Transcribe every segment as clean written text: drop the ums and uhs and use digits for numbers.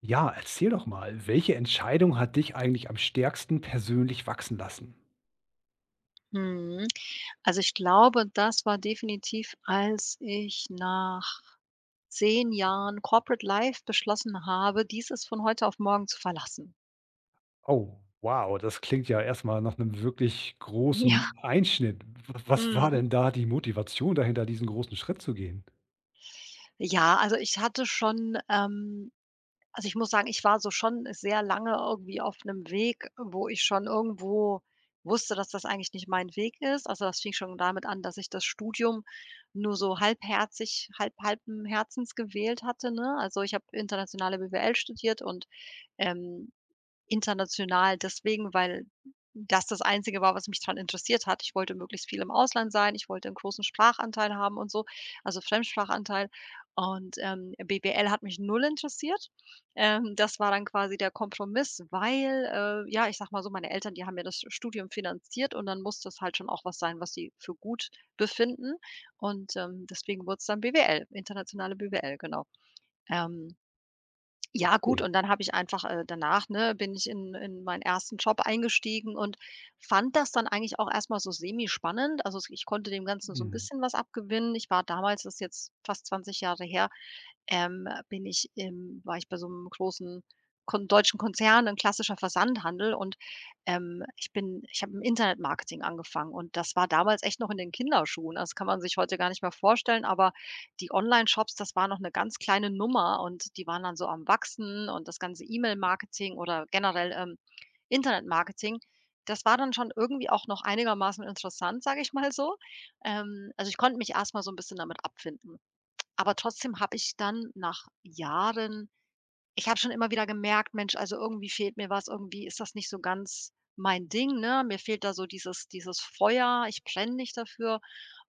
Ja, erzähl doch mal, welche Entscheidung hat dich eigentlich am stärksten persönlich wachsen lassen? Mhm. Also, ich glaube, das war definitiv, als ich nach 10 Jahren Corporate Life beschlossen habe, dieses von heute auf morgen zu verlassen. Oh, wow, das klingt ja erst mal nach einem wirklich Ja, großen Einschnitt. W was war mhm. denn da die Motivation dahinter, diesen großen Schritt zu gehen? Ja, also, ich hatte schon, also, ich muss sagen, ich war so schon sehr lange irgendwie auf einem Weg, wo ich schon irgendwo wusste, dass das eigentlich nicht mein Weg ist. Also, das fing schon damit an, dass ich das Studium nur so halbherzig halb halben Herzens gewählt hatte, ne? Also, ich habe internationale BWL studiert und, ähm, international deswegen, weil das Einzige war, was mich dran interessiert hat. Ich wollte möglichst viel im Ausland sein, ich wollte 'n großen Sprachanteil haben und so, also Fremdsprachanteil. Und, BWL hat mich null interessiert. Das war dann quasi der Kompromiss, weil, ja, ich sage mal so, meine Eltern, die haben mir das Studium finanziert und dann muss das halt schon auch was sein, was sie für gut befinden. Und, deswegen wurde es dann BWL, internationale BWL, genau. Ähm ja gut, Okay. und dann habe ich einfach, danach, ne, bin ich in meinen ersten Job eingestiegen und fand das dann eigentlich auch erstmal so semi-spannend. Also, es ich konnte dem Ganzen so ein Mhm. bisschen was abgewinnen. Ich war damals, das ist jetzt fast 20 Jahre her, bin ich im war ich bei so einem großen kon deutschen Konzern, ein klassischer Versandhandel und, ich habe im Internetmarketing angefangen und das war damals echt noch in den Kinderschuhen. Also, das kann man sich heute gar nicht mehr vorstellen, aber die Online-Shops, das war noch eine ganz kleine Nummer und die waren dann so am Wachsen und das ganze E-Mail-Marketing oder generell, Internetmarketing, das war dann schon irgendwie auch noch einigermaßen interessant, sage ich mal so. Also, ich konnte mich erstmal so ein bisschen damit abfinden. Aber trotzdem habe ich dann nach Jahren ich habe schon immer wieder gemerkt: „Mensch, also irgendwie fehlt mir was, irgendwie ist das nicht so ganz mein Ding, ne? Mir fehlt da so dieses Feuer, ich brenne nicht dafür.“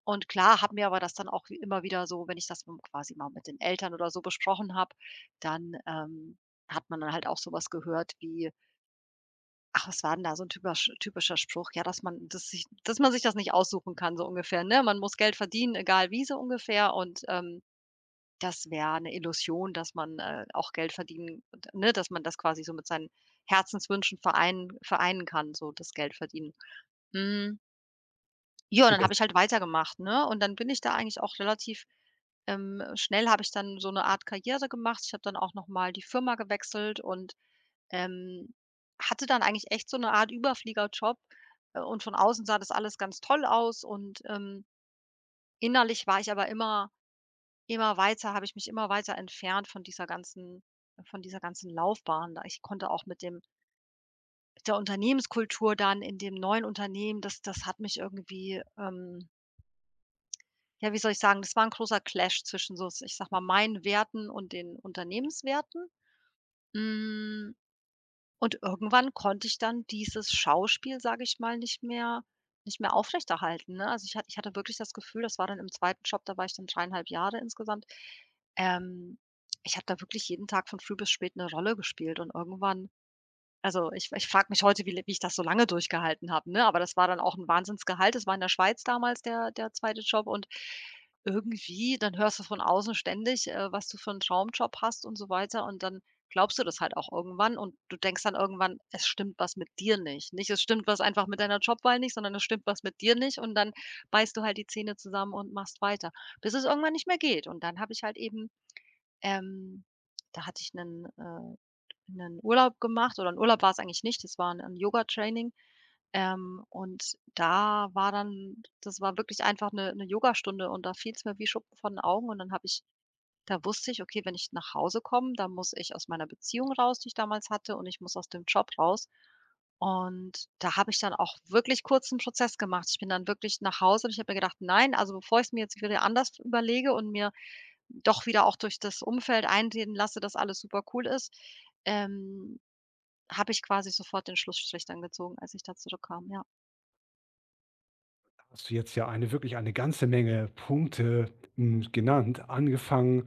Und klar, habe mir aber das dann auch wie immer wieder so, wenn ich das m quasi mal mit den Eltern oder so besprochen habe, dann, hat man dann halt auch sowas gehört wie, ach, was war denn da so ein typasch typischer Spruch? Ja, dass man sich das nicht aussuchen kann, so ungefähr, ne? Man muss Geld verdienen, egal wie, so ungefähr und, das wäre 'ne Illusion, dass man, auch Geld verdienen d ne, dass man das quasi so mit seinen Herzenswünschen vereinen kann, so das Geld verdienen. Hm, ja, und dann habe ich halt weitergemacht, ne? Und dann bin ich da eigentlich auch relativ schnell habe ich dann so 'ne Art Karriere gemacht. Ich habe dann auch noch mal die Firma gewechselt und, ähm, hatte dann eigentlich echt so 'ne Art Überfliegerjob, und von außen sah das alles ganz toll aus und, innerlich war ich aber immer weiter habe ich mich immer weiter entfernt von dieser ganzen Laufbahn da. Ich konnte auch mit dem mit der Unternehmenskultur dann in dem neuen Unternehmen, das hat mich irgendwie, ja, wie soll ich sagen, das war ein großer Clash zwischen so, ich sag mal, meinen Werten und den Unternehmenswerten. Hm. Und irgendwann konnte ich dann dieses Schauspiel, sage ich mal, nicht mehr aufrechterhalten, ne? Also, ich hatte wirklich das Gefühl, das war dann im zweiten Job, da war ich dann 3,5 Jahre insgesamt. Ähm, Ich habe da wirklich jeden Tag von früh bis spät eine Rolle gespielt und irgendwann also, ich frage mich heute, wie ich das so lange durchgehalten habe, ne? Aber das war dann auch ein Wahnsinnsgehalt. Das war in der Schweiz damals der 2. Job und irgendwie dann hörst du von außen ständig, was du für einen Traumjob hast und so weiter und dann glaubst du das halt auch irgendwann und du denkst dann irgendwann, es stimmt was mit dir nicht. Nicht, es stimmt was einfach mit deiner Jobwahl nicht, sondern es stimmt was mit dir nicht und dann beißt du halt die Zähne zusammen und machst weiter, bis es irgendwann nicht mehr geht und dann habe ich halt eben, ähm, da hatte ich einen 'nen Urlaub gemacht, oder 'n Urlaub war es eigentlich nicht, das war 'n Training. Und da war dann das war wirklich einfach 'ne Yogastunde und da fiel's mir wie Schuppen von 'n Augen und dann habe ich da wusste ich: „Okay, wenn ich nach Hause komme, dann muss ich aus meiner Beziehung raus, die ich damals hatte, und ich muss aus dem Job raus.“ Und da habe ich dann auch wirklich kurz 'n Prozess gemacht. Ich bin dann wirklich nach Hause und ich habe mir gedacht: „Nein, also bevor ich's mir jetzt wieder anders überlege und mir doch wieder auch durch das Umfeld einreden lasse, dass alles super cool ist, ähm, habe ich quasi sofort den Schlussstrich dann gezogen, als ich da zurückkam, ja.“ Hast du jetzt ja eine wirklich eine ganze Menge Punkte, genannt, angefangen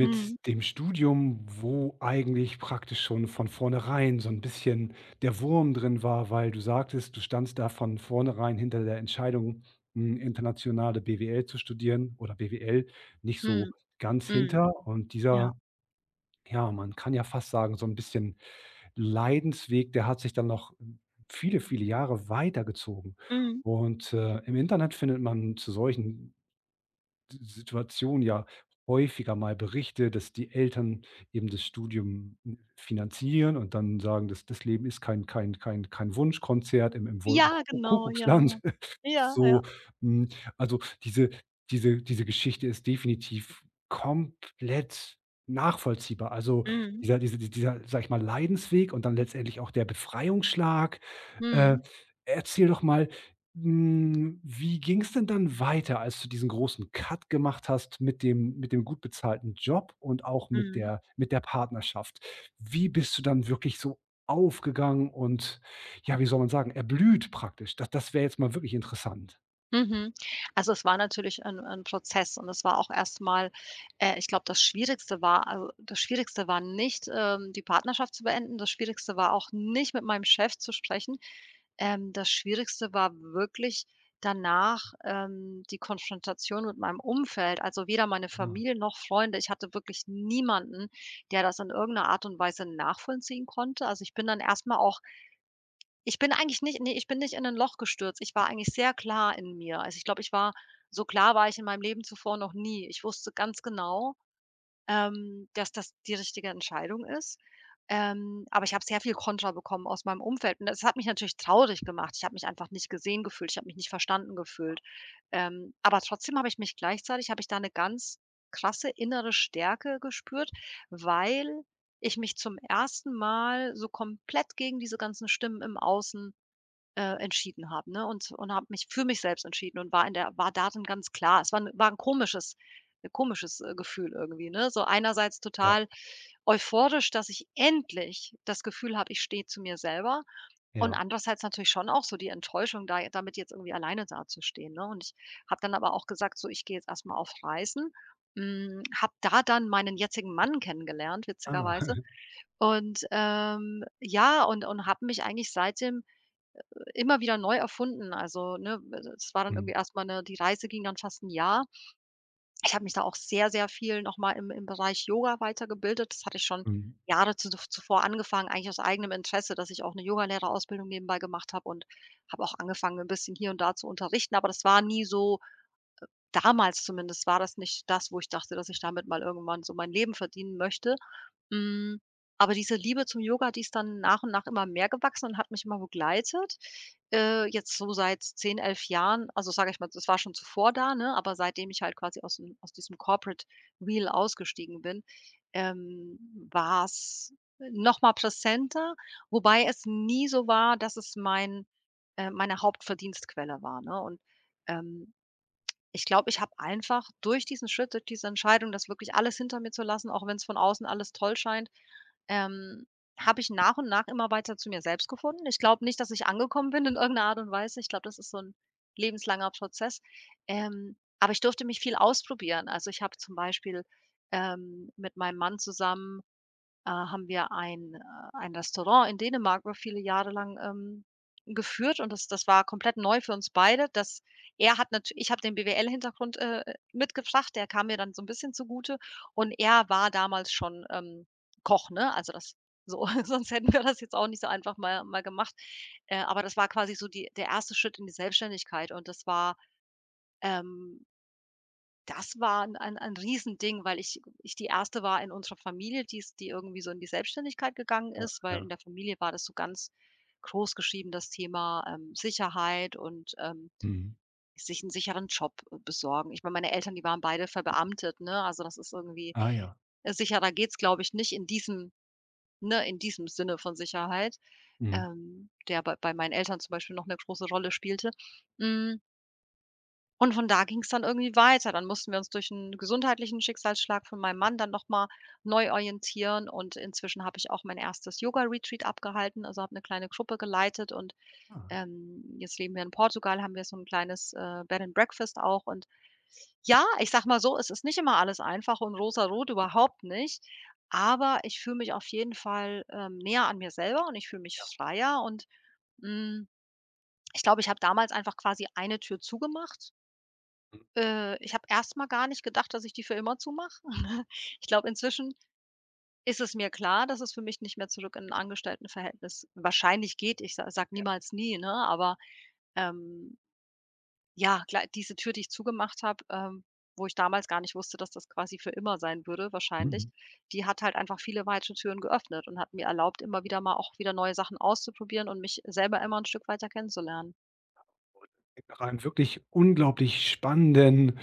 Mhm, dem Studium, wo eigentlich praktisch schon von vornherein so ein bisschen der Wurm drin war, weil du sagtest, du standst da von vornherein hinter der Entscheidung, internationale BWL zu studieren oder BWL nicht mhm, so ganz mhm, hinter, und ja, dieser, ja, man kann ja fast sagen, so ein bisschen Leidensweg, der hat sich dann noch viele, viele Jahre weitergezogen. mhm. Und im Internet findet man zu solchen Situation ja häufiger mal Berichte, dass die Eltern eben das Studium finanzieren und dann sagen, dass das Leben ist kein Wunschkonzert im Ja, genau, Wolkenkuckuck ja, ja. Ja, So, ja. hm, also diese Geschichte ist definitiv komplett nachvollziehbar. Also Mhm, dieser dieser, sag ich mal, Leidensweg und dann letztendlich auch der Befreiungsschlag. Äh, mhm, Erzähl doch mal, hm, wie ging es denn dann weiter, als du diesen großen Cut gemacht hast mit dem gut bezahlten Job und auch mit mhm. der Partnerschaft? Wie bist du dann wirklich so aufgegangen und, ja, wie soll man sagen, erblüht praktisch? Das wäre jetzt mal wirklich interessant. Mhm. Also, es war natürlich ein 'n Prozess und es war auch erstmal, ich glaube, das Schwierigste war also, das Schwierigste war nicht, die Partnerschaft zu beenden. Das Schwierigste war auch nicht, mit meinem Chef zu sprechen. Das Schwierigste war wirklich danach, die Konfrontation mit meinem Umfeld, also, weder meine Ah, Familie noch Freunde. Ich hatte wirklich niemanden, der das in irgendeiner Art und Weise nachvollziehen konnte. Also, ich bin dann erstmal auch ich bin eigentlich nicht ne, ich bin nicht in 'nen Loch gestürzt. Ich war eigentlich sehr klar in mir. Also, ich glaube, ich war so klar war ich in meinem Leben zuvor noch nie. Ich wusste ganz genau, dass das die richtige Entscheidung ist. Aber ich habe sehr viel Kontra bekommen aus meinem Umfeld und das hat mich natürlich traurig gemacht. Ich habe mich einfach nicht gesehen gefühlt. Ich habe mich nicht verstanden gefühlt. Aber trotzdem habe ich mich gleichzeitig habe ich da 'ne ganz krasse innere Stärke gespürt, weil ich mich zum ersten Mal so komplett gegen diese ganzen Stimmen im Außen, entschieden habe, ne? Und habe mich für mich selbst entschieden und war in der war darin ganz klar. Es war 'n komisches ein komisches, Gefühl irgendwie, ne? So einerseits ja, total euphorisch, dass ich endlich das Gefühl habe, ich stehe zu mir selber und ja. andererseits natürlich schon auch so die Enttäuschung, da damit jetzt irgendwie alleine dazustehen, ne? Und ich habe dann aber auch gesagt: „So, ich gehe jetzt erstmal auf Reisen.“ Hm, habe da dann meinen jetzigen Mann kennengelernt, Ah. witzigerweise. Und, ja, und habe mich eigentlich seitdem immer wieder neu erfunden. Also, ne, es war dann Mhm, irgendwie erst mal die Reise ging dann fast ein Jahr. Ich habe mich da auch sehr, sehr viel noch mal im Bereich Yoga weitergebildet. Das hatte ich schon mhm. Jahre zu zuvor angefangen, eigentlich aus eigenem Interesse, dass ich auch eine Yogalehrerausbildung nebenbei gemacht habe und habe auch angefangen, ein bisschen hier und da zu unterrichten. Aber das war nie so, damals zumindest war das nicht das, wo ich dachte, dass ich damit mal irgendwann so mein Leben verdienen möchte. Hm, aber diese Liebe zum Yoga, die ist dann nach und nach immer mehr gewachsen und hat mich immer begleitet. Jetzt so seit 10, 11 Jahren, also sage ich mal, das war schon zuvor da, ne, aber seitdem ich halt quasi aus diesem Corporate Wheel ausgestiegen bin, war's noch mal präsenter, wobei es nie so war, dass es meine Hauptverdienstquelle war, ne? Und, ähm, ich glaube, ich habe einfach durch diesen Schritt, durch diese Entscheidung, das wirklich alles hinter mir zu lassen, auch wenn es von außen alles toll scheint, ähm, habe ich nach und nach immer weiter zu mir selbst gefunden. Ich glaube nicht, dass ich angekommen bin in irgendeiner Art und Weise. Ich glaube, das ist so ein lebenslanger Prozess. Aber ich durfte mich viel ausprobieren. Also, ich habe zum Beispiel, mit meinem Mann zusammen, haben wir ein Restaurant in Dänemark über viele Jahre lang, geführt und das war komplett neu für uns beide. Das Er hat natürlich, ich habe den BWL-Hintergrund, mitgebracht, der kam mir dann so ein bisschen zugute und er war damals schon, Koch, ne? Also, das, so, sonst hätten wir das jetzt auch nicht so einfach mal gemacht. Aber das war quasi so die der erste Schritt in die Selbstständigkeit und ähm das war ein Riesending, weil ich die Erste war in unserer Familie, die irgendwie so in die Selbstständigkeit gegangen Ja, ist, weil in ja. der Familie war das so ganz groß geschrieben, das Thema, Sicherheit und, Mhm. sich einen sicheren Job besorgen. Ich meine, meine Eltern, die waren beide verbeamtet, ne? Also, das ist irgendwie Ah ja. Sicherer geht's, glaube ich, nicht in diesem, ne, in diesem Sinne von Sicherheit, Mhm. Der bei meinen Eltern zum Beispiel noch eine große Rolle spielte. Hm. Und von da ging's dann irgendwie weiter. Dann mussten wir uns durch 'n gesundheitlichen Schicksalsschlag von meinem Mann dann noch mal neu orientieren und inzwischen habe ich auch mein erstes Yoga-Retreat abgehalten, also habe 'ne kleine Gruppe geleitet und, Ah. Jetzt leben wir in Portugal, haben wir so 'n kleines, Bed and Breakfast auch und ja, ich sage mal so, es ist nicht immer alles einfach und rosarot, überhaupt nicht, aber ich fühle mich auf jeden Fall, näher an mir selber und ich fühle mich freier und, hm, ich glaube, ich habe damals einfach quasi eine Tür zugemacht, ich habe erst mal gar nicht gedacht, dass ich die für immer zumache. Ich glaube, inzwischen ist es mir klar, dass es für mich nicht mehr zurück in 'n Angestelltenverhältnis wahrscheinlich geht. Ich sa sage sag niemals nie, ne, aber, ähm, ja, klar, diese Tür, die ich zugemacht habe, wo ich damals gar nicht wusste, dass das quasi für immer sein würde wahrscheinlich, Mhm. die hat halt einfach viele weite Türen geöffnet und hat mir erlaubt, immer wieder mal auch wieder neue Sachen auszuprobieren und mich selber immer ein Stück weiter kennenzulernen. Nach einem wirklich unglaublich spannenden,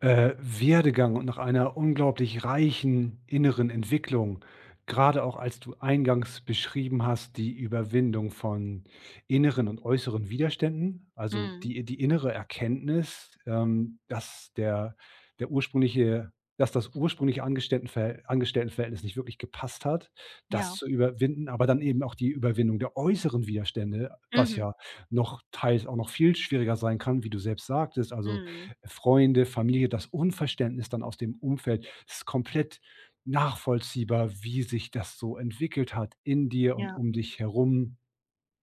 Werdegang und nach einer unglaublich reichen inneren Entwicklung, gerade auch als du eingangs beschrieben hast, die Überwindung von inneren und äußeren Widerständen, also Mhm. die innere Erkenntnis, dass der der ursprüngliche dass das ursprüngliche Angestelltenverhältnis nicht wirklich gepasst hat, das Ja. zu überwinden, aber dann eben auch die Überwindung der äußeren Widerstände, was Mhm. ja noch teils auch noch viel schwieriger sein kann, wie du selbst sagtest. Also, Mhm. Freunde, Familie, das Unverständnis dann aus dem Umfeld ist komplett nachvollziehbar, wie sich das so entwickelt hat in dir und Ja. um dich herum.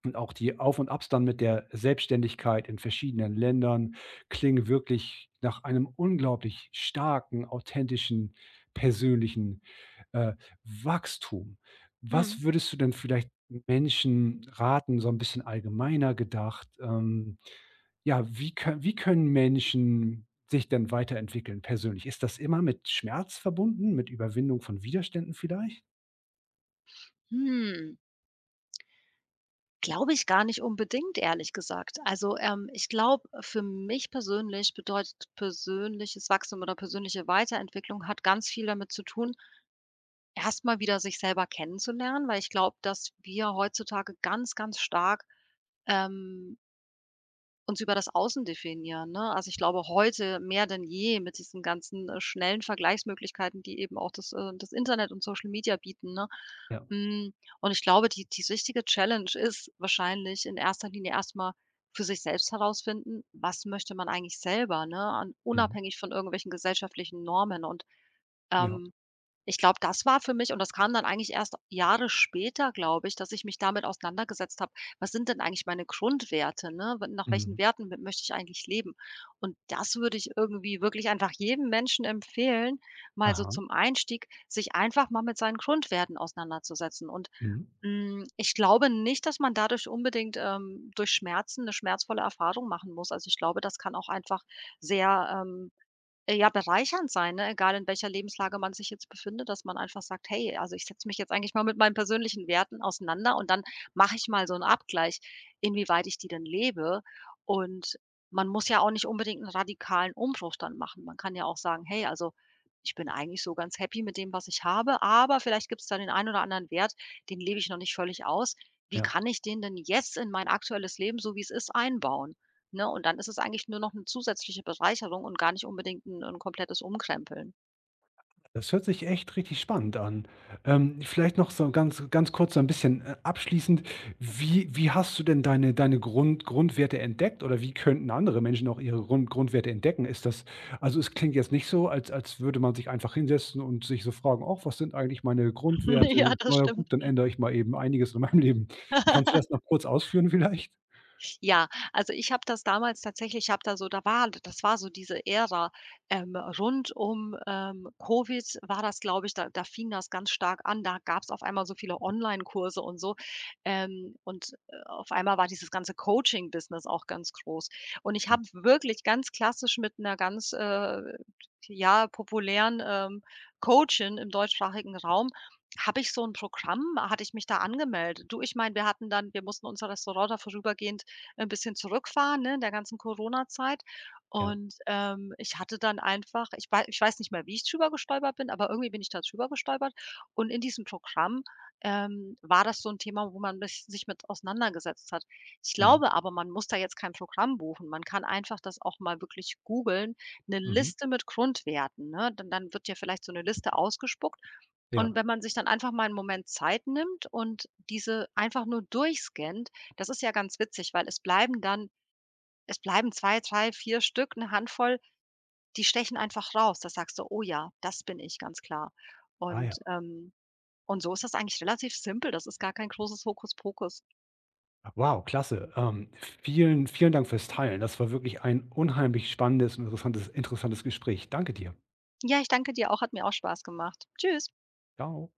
Und auch die Auf und Abs dann mit der Selbstständigkeit in verschiedenen Ländern klingen wirklich nach einem unglaublich starken, authentischen, persönlichen, äh, Wachstum. Mhm. Was würdest du denn vielleicht Menschen raten, so ein bisschen allgemeiner gedacht, ja, wie können Menschen sich denn weiterentwickeln persönlich? Ist das immer mit Schmerz verbunden, mit Überwindung von Widerständen vielleicht? Hm. Glaube ich gar nicht unbedingt, ehrlich gesagt. Also, ich glaube, für mich persönlich bedeutet persönliches Wachstum oder persönliche Weiterentwicklung hat ganz viel damit zu tun, erstmal wieder sich selber kennenzulernen, weil ich glaube, dass wir heutzutage ganz, ganz stark, ähm, uns über das Außen definieren, ne? Also, ich glaube, heute mehr denn je mit diesen ganzen, schnellen Vergleichsmöglichkeiten, die eben auch das Internet und Social Media bieten, ne? Ja. Hm, und ich glaube, die richtige Challenge ist wahrscheinlich in erster Linie erstmal für sich selbst herausfinden, was möchte man eigentlich selber, ne? Und Mhm. unabhängig von irgendwelchen gesellschaftlichen Normen und, Ja. ähm ich glaube, das war für mich und das kam dann eigentlich erst Jahre später, glaube ich, dass ich mich damit auseinandergesetzt habe: „Was sind denn eigentlich meine Grundwerte, ne? W Nach welchen Mhm. Werten m möchte ich eigentlich leben?“ Und das würde ich irgendwie wirklich einfach jedem Menschen empfehlen, mal so Aha. zum Einstieg, sich einfach mal mit seinen Grundwerten auseinanderzusetzen. Und, Mhm. hm, ich glaube nicht, dass man dadurch unbedingt, durch Schmerzen eine schmerzvolle Erfahrung machen muss. Also, ich glaube, das kann auch einfach sehr, ja, bereichernd sein, ne? Egal in welcher Lebenslage man sich jetzt befindet, dass man einfach sagt: „Hey, also, ich setze mich jetzt eigentlich mal mit meinen persönlichen Werten auseinander und dann mache ich mal so einen Abgleich, inwieweit ich die denn lebe.“ Und man muss ja auch nicht unbedingt einen radikalen Umbruch dann machen. Man kann ja auch sagen: „Hey, also, ich bin eigentlich so ganz happy mit dem, was ich habe, aber vielleicht gibt es da den einen oder anderen Wert, den lebe ich noch nicht völlig aus. Wie Ja. kann ich den denn jetzt in mein aktuelles Leben, so wie es ist, einbauen?“ Ne, und dann ist es eigentlich nur noch eine zusätzliche Bereicherung und gar nicht unbedingt 'n komplettes Umkrempeln. Das hört sich echt richtig spannend an. Vielleicht noch so ganz kurz so ein bisschen, abschließend. Wie hast du denn deine Grundwerte entdeckt, oder wie könnten andere Menschen auch ihre Grundwerte entdecken? Ist das, also, es klingt jetzt nicht so, als als würde man sich einfach hinsetzen und sich so fragen: „Auch was sind eigentlich meine Ja, Grundwerte? das Na ja stimmt. gut, dann ändere ich mal eben einiges in meinem Leben.“ Kannst du das noch kurz ausführen vielleicht? Ja, also ich habe da so da war das war so diese Ära, rund um, Covid war das, glaube ich, da fing das ganz stark an. Da gab's auf einmal so viele Online-Kurse und so, und, auf einmal war dieses ganze Coaching-Business auch ganz groß. Und ich habe wirklich ganz klassisch mit einer ganz, ja, populären, Coachin im deutschsprachigen Raum habe ich so ein Programm hatte ich mich da angemeldet. Du, ich meine, wir hatten dann wir mussten unser Restaurant da vorübergehend ein bisschen zurückfahren, ne, in der ganzen Corona-Zeit. Ja. Und, ich hatte dann einfach ich weiß nicht mehr, wie ich drüber gestolpert bin, aber irgendwie bin ich da drüber gestolpert. Und in diesem Programm, war das so ein Thema, wo man mich sich mit auseinandergesetzt hat. Ich Mhm. glaube aber, man muss da jetzt kein Programm buchen. Man kann einfach das auch mal wirklich googeln, eine Mhm. Liste mit Grundwerten, ne? Dann wird dir vielleicht so eine Liste ausgespuckt und Ja. wenn man sich dann einfach mal einen Moment Zeit nimmt und diese einfach nur durchscannt, das ist ja ganz witzig, weil es bleiben 2, 3, 4 Stück, eine Handvoll, die stechen einfach raus. Da sagst du: „Oh ja, das bin ich, ganz klar.“ Ah ja. Und, ähm und so ist das eigentlich relativ simpel. Das ist gar kein großes Hokuspokus. Wow, klasse. Vielen, vielen Dank fürs Teilen. Das war wirklich ein unheimlich spannendes und interessantes Gespräch. Danke dir. Ja, ich danke dir auch, hat mir auch Spaß gemacht. Tschüss. Ciao.